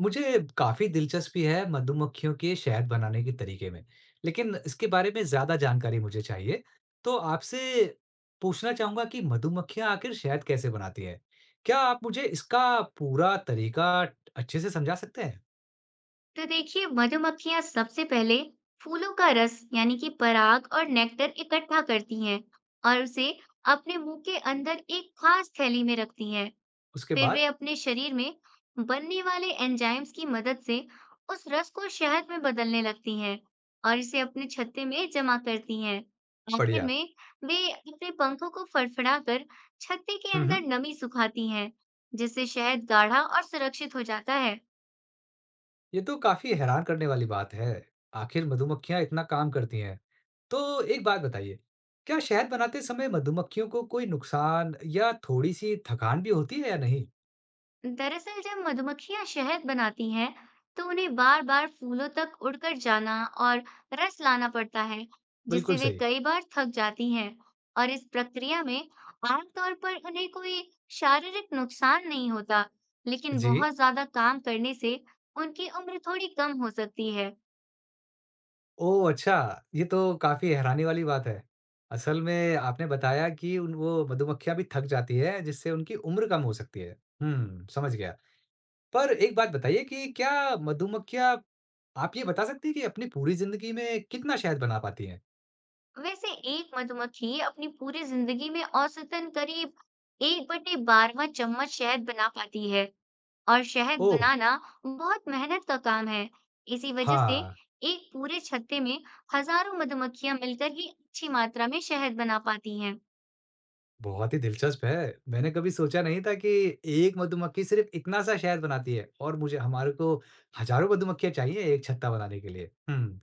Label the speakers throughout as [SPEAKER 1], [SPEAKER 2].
[SPEAKER 1] मुझे काफ़ी दिलचस्पी है मधुमक्खियों के शहद बनाने के तरीके में, लेकिन इसके बारे में ज़्यादा जानकारी मुझे चाहिए। तो आपसे पूछना चाहूँगा कि मधुमक्खियाँ आखिर शहद कैसे बनाती हैं? क्या आप मुझे इसका पूरा तरीका अच्छे से समझा सकते हैं?
[SPEAKER 2] तो देखिए मधुमक्खियां सबसे पहले फूलों का रस यानी कि पराग और नेक्टर इकट्ठा करती हैं और उसे अपने मुंह के अंदर एक खास थैली में रखती हैं।
[SPEAKER 1] उसके
[SPEAKER 2] फिर
[SPEAKER 1] बाद
[SPEAKER 2] वे अपने शरीर में बनने वाले एंजाइम्स की मदद से उस रस को शहद में बदलने लगती हैं और इसे अपने छत्ते में जमा करती हैं। आखिर
[SPEAKER 1] बढ़िया।
[SPEAKER 2] में वे अपने पंखों को फड़फड़ाकर छत्ते के
[SPEAKER 1] हुँ,
[SPEAKER 2] अंदर
[SPEAKER 1] हुँ।
[SPEAKER 2] नमी सुखाती हैं, जिससे शहद गाढ़ा और सुरक्षित हो जाता है।
[SPEAKER 1] ये तो काफ़ी हैरान करने वाली बात है। आखिर मधुमक्खियाँ इतना काम करती हैं। तो एक बात बताइए, क्या शहद बनाते समय मधुमक्खियों को कोई नुकसान या थोड़ी-सी थकान भी होती है या नहीं?
[SPEAKER 2] दरअसल जब मधुमक्खियां शहद बनाती हैं, तो उन्हें बार बार फूलों तक उड़कर जाना और रस लाना पड़ता है, जिससे
[SPEAKER 1] बिल्कुल
[SPEAKER 2] वे
[SPEAKER 1] सही।
[SPEAKER 2] कई बार थक जाती हैं। और इस प्रक्रिया में आमतौर पर उन्हें कोई शारीरिक नुकसान नहीं होता, लेकिन
[SPEAKER 1] जी।
[SPEAKER 2] बहुत ज्यादा काम करने से उनकी उम्र थोड़ी कम हो सकती है।
[SPEAKER 1] ओह! अच्छा, ये तो काफ़ी हैरानी वाली बात है। असल में आपने बताया कि उन वो मधुमक्खियाँ भी थक जाती हैं, जिससे उनकी उम्र कम हो सकती है। हुँ, समझ गया। पर एक बात बताइए कि क्या मधुमक्खियाँ आप ये बता सकती हैं कि अपनी पूरी ज़िंदगी में कितना शहद बना पाती हैं?
[SPEAKER 2] वैसे एक मधुमक्खी अपनी पूरी जिंदगी में औसतन करीब 1/12 चम्मच शहद बना पाती है और शहद
[SPEAKER 1] ओह!
[SPEAKER 2] बनाना बहुत मेहनत का काम है। इसी वजह से
[SPEAKER 1] हाँ,
[SPEAKER 2] एक पूरे छत्ते में हजारों मधुमक्खियां मिलकर ही अच्छी मात्रा में शहद बना पाती हैं।
[SPEAKER 1] बहुत ही दिलचस्प है। मैंने कभी सोचा नहीं था कि एक मधुमक्खी सिर्फ़ इतना-सा शहद बनाती है और मुझे हमारे को हज़ारों मधुमक्खियाँ चाहिए एक छत्ता बनाने के लिए। हुँ।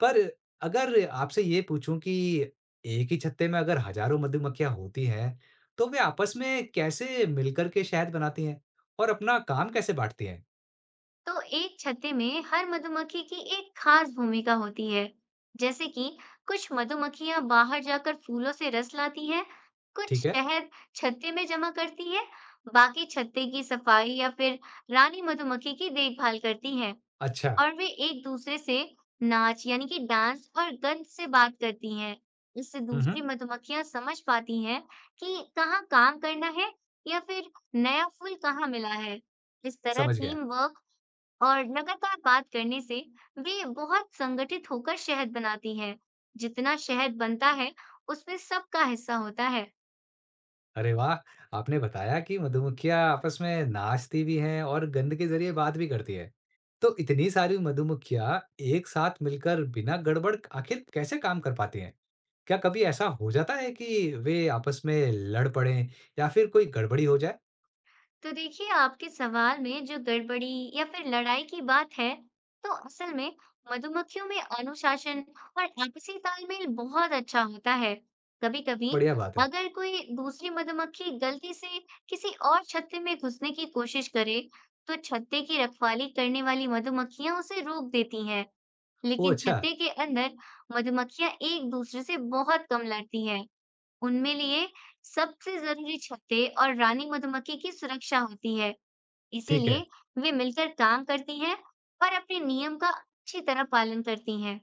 [SPEAKER 1] पर अगर आपसे ये पूछूँ कि एक ही छत्ते में अगर हज़ारों मधुमक्खियाँ होती हैं, तो वे आपस में कैसे मिलकर के शहद बनाती हैं? और अपना काम कैसे बाँटती हैं?
[SPEAKER 2] तो एक छत्ते में हर मधुमक्खी की एक खास भूमिका होती है। जैसे कि कुछ मधुमक्खियां बाहर जाकर फूलों से रस लाती हैं, कुछ
[SPEAKER 1] ठीक है,
[SPEAKER 2] शहद छत्ते में जमा करती है, बाकी छत्ते की सफाई या फिर रानी मधुमक्खी की देखभाल करती हैं।
[SPEAKER 1] अच्छा।
[SPEAKER 2] और वे एक-दूसरे से नाच यानी कि डांस और गंध से बात करती हैं। इससे
[SPEAKER 1] हुँ, हुँ,
[SPEAKER 2] दूसरी मधुमक्खियां समझ पाती हैं कि कहाँ काम करना है या फिर नया फूल कहाँ मिला है। इस तरह
[SPEAKER 1] समझ गया।
[SPEAKER 2] टीम वर्क और लगातार बात करने से वे बहुत संगठित होकर शहद बनाती हैं। जितना शहद बनता है, उसमें सबका हिस्सा होता है।
[SPEAKER 1] अरे वाह! आपने बताया कि मधुमक्खियाँ आपस में नाचती भी हैं और गंध के ज़रिए बात भी करती हैं। तो इतनी सारी मधुमक्खियाँ एक साथ मिलकर बिना गड़बड़ आखिर कैसे काम कर पाती हैं? क्या कभी ऐसा हो जाता है कि वे आपस में लड़ पड़ें या फिर कोई गड़बड़ी हो जाए?
[SPEAKER 2] तो देखिए आपके सवाल में जो गड़बड़ी या फिर लड़ाई की बात है, तो असल में मधुमक्खियों में अनुशासन और आपसी तालमेल बहुत अच्छा होता है। कभी-कभी
[SPEAKER 1] बढ़िया बात है।
[SPEAKER 2] अगर कोई दूसरी मधुमक्खी गलती से किसी और छत्ते में घुसने की कोशिश करे, तो छत्ते की रखवाली करने वाली मधुमक्खियां उसे रोक देती हैं।
[SPEAKER 1] ओह!
[SPEAKER 2] लेकिन
[SPEAKER 1] अच्छा,
[SPEAKER 2] छत्ते के अंदर मधुमक्खियां एक दूसरे से बहुत कम लड़ती हैं। उनमें लिए सबसे जरूरी छत्ते और रानी मधुमक्खी की सुरक्षा होती है।
[SPEAKER 1] ठीक
[SPEAKER 2] इसीलिए
[SPEAKER 1] है।
[SPEAKER 2] वे मिलकर काम करती हैं और अपने नियम का अच्छी तरह पालन करती हैं।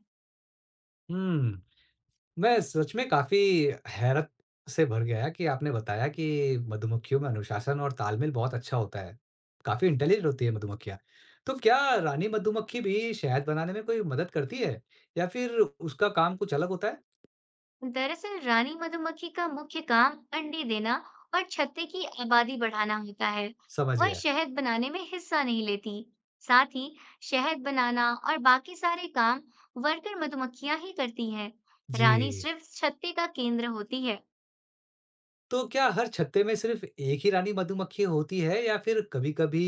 [SPEAKER 1] हुँ, मैं सच में काफ़ी हैरत से भर गया कि आपने बताया कि मधुमक्खियों में अनुशासन और तालमेल बहुत अच्छा होता है। काफ़ी इंटेलिजेंट होती है मधुमक्खियाँ। तो क्या रानी मधुमक्खी भी शहद बनाने में कोई मदद करती है या फिर उसका काम कुछ अलग होता है?
[SPEAKER 2] दरअसल रानी मधुमक्खी का मुख्य काम अंडे देना और छत्ते की आबादी बढ़ाना होता है।
[SPEAKER 1] समझ
[SPEAKER 2] वह
[SPEAKER 1] गया।
[SPEAKER 2] शहद बनाने में हिस्सा नहीं लेती। साथ ही शहद बनाना और बाकी सारे काम वर्कर मधुमक्खियां ही करती हैं। रानी
[SPEAKER 1] जी,
[SPEAKER 2] सिर्फ छत्ते का केंद्र होती है।
[SPEAKER 1] तो क्या हर छत्ते में सिर्फ़ एक ही रानी मधुमक्खी होती है या फिर कभी-कभी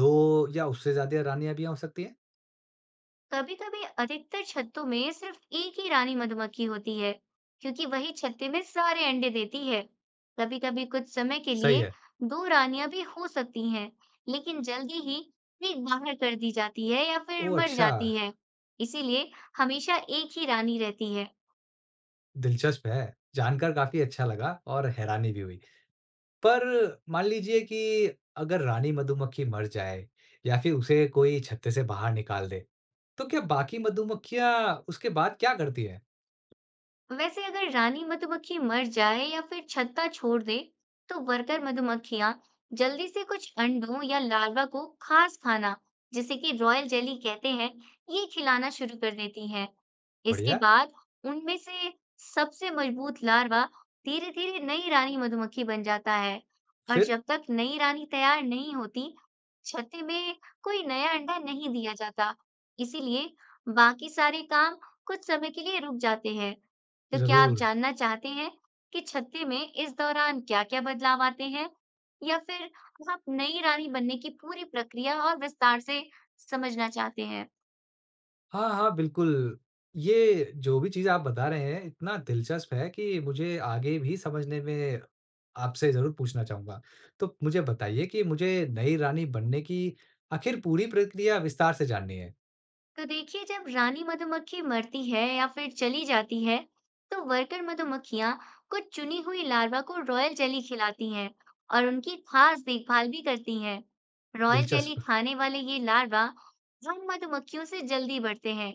[SPEAKER 1] 2 या उससे ज़्यादा रानियाँ भी हो सकती हैं?
[SPEAKER 2] कभी कभी अधिकतर छत्तों में सिर्फ एक ही रानी मधुमक्खी होती है, क्योंकि वही छत्ते में सारे अंडे देती है। कभी कभी कुछ समय के
[SPEAKER 1] सही
[SPEAKER 2] लिए
[SPEAKER 1] है।
[SPEAKER 2] दो रानियां भी हो सकती हैं, लेकिन जल्दी ही वे बाहर कर दी जाती है या फिर
[SPEAKER 1] ओह!
[SPEAKER 2] मर
[SPEAKER 1] अच्छा।
[SPEAKER 2] जाती है। इसीलिए हमेशा एक ही रानी रहती है।
[SPEAKER 1] दिलचस्प है। जानकर काफ़ी अच्छा लगा और हैरानी भी हुई। पर मान लीजिए कि अगर रानी मधुमक्खी मर जाए या फिर उसे कोई छत्ते से बाहर निकाल दे, तो क्या बाकी मधुमक्खियाँ उसके बाद क्या करती हैं?
[SPEAKER 2] वैसे अगर रानी मधुमक्खी मर जाए या फिर छत्ता छोड़ दे, तो वर्कर मधुमक्खियां जल्दी से कुछ अंडों या लार्वा को खास खाना, जिसे कि रॉयल जेली कहते हैं, ये खिलाना शुरू कर देती हैं। इसके
[SPEAKER 1] बढ़िया,
[SPEAKER 2] बाद उनमें से सबसे मजबूत लार्वा धीरे धीरे नई रानी मधुमक्खी बन जाता है, और
[SPEAKER 1] फिर?
[SPEAKER 2] जब तक नई रानी तैयार नहीं होती, छत्ते में कोई नया अंडा नहीं दिया जाता। इसीलिए बाकी सारे काम कुछ समय के लिए रुक जाते हैं। तो क्या आप
[SPEAKER 1] ज़रूर।
[SPEAKER 2] जानना चाहते हैं कि छत्ते में इस दौरान क्या-क्या बदलाव आते हैं? या फिर आप नई रानी बनने की पूरी प्रक्रिया और विस्तार से समझना चाहते हैं?
[SPEAKER 1] हाँ, हाँ, बिल्कुल। ये जो भी चीज़ आप बता रहे हैं, इतना दिलचस्प है कि मुझे आगे भी समझने में आपसे ज़रूर पूछना चाहूँगा। तो मुझे बताइए कि मुझे नई रानी बनने की आखिर पूरी प्रक्रिया विस्तार से जाननी है।
[SPEAKER 2] तो देखिए जब रानी मधुमक्खी मरती है या फिर चली जाती है, तो वर्कर मधुमक्खियां कुछ चुनी हुई लार्वा को रॉयल जेली खिलाती हैं और उनकी खास देखभाल भी करती हैं। रॉयल जेली
[SPEAKER 1] दिलचस्प।
[SPEAKER 2] खाने वाले ये लार्वा हम मधुमक्खियों से जल्दी बढ़ते हैं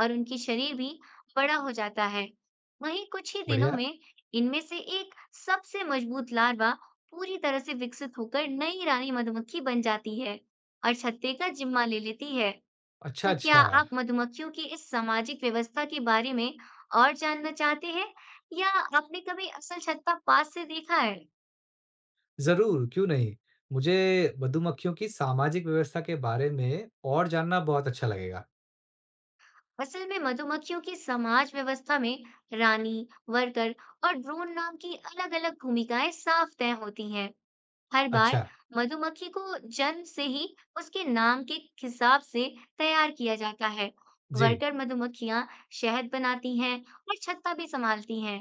[SPEAKER 2] और उनकी शरीर भी बड़ा हो जाता है। वहीं कुछ ही दिनों
[SPEAKER 1] बढ़िया।
[SPEAKER 2] में इनमें से एक सबसे मजबूत लार्वा पूरी तरह से विकसित होकर नई रानी मधुमक्खी बन जाती है और छत्ते का जिम्मा ले लेती है।
[SPEAKER 1] अच्छा,
[SPEAKER 2] तो क्या
[SPEAKER 1] अच्छा।
[SPEAKER 2] आप मधुमक्खियों की इस सामाजिक व्यवस्था के बारे में और जानना चाहते हैं या आपने कभी असल छत्ता पास से देखा है?
[SPEAKER 1] ज़रूर, क्यों नहीं। मुझे मधुमक्खियों की सामाजिक व्यवस्था के बारे में और जानना बहुत अच्छा लगेगा।
[SPEAKER 2] असल में मधुमक्खियों की समाज व्यवस्था में रानी, वर्कर और ड्रोन नाम की अलग-अलग भूमिकाएं साफ तय होती हैं। हर बार
[SPEAKER 1] अच्छा,
[SPEAKER 2] मधुमक्खी को जन्म से ही उसके नाम के हिसाब से तैयार किया जाता है।
[SPEAKER 1] जी।
[SPEAKER 2] वर्कर मधुमक्खियां शहद बनाती हैं और छत्ता भी संभालती हैं।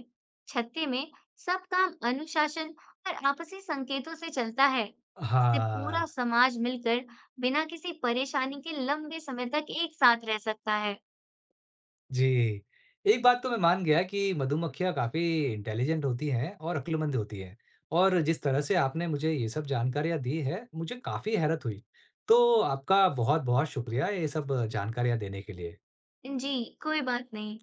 [SPEAKER 2] छत्ते में सब काम अनुशासन और आपसी संकेतों से चलता है। इससे
[SPEAKER 1] हाँ,
[SPEAKER 2] पूरा समाज मिलकर बिना किसी परेशानी के लंबे समय तक एक साथ रह सकता है।
[SPEAKER 1] जी। एक बात तो मैं मान गया कि मधुमक्खियाँ काफ़ी इंटेलिजेंट होती हैं और अक्लमंद होती हैं और जिस तरह से आपने मुझे ये सब जानकारियाँ दी हैं, मुझे काफ़ी हैरत हुई। तो आपका बहुत-बहुत शुक्रिया ये सब जानकारियाँ देने के लिए।
[SPEAKER 2] जी, कोई बात नहीं।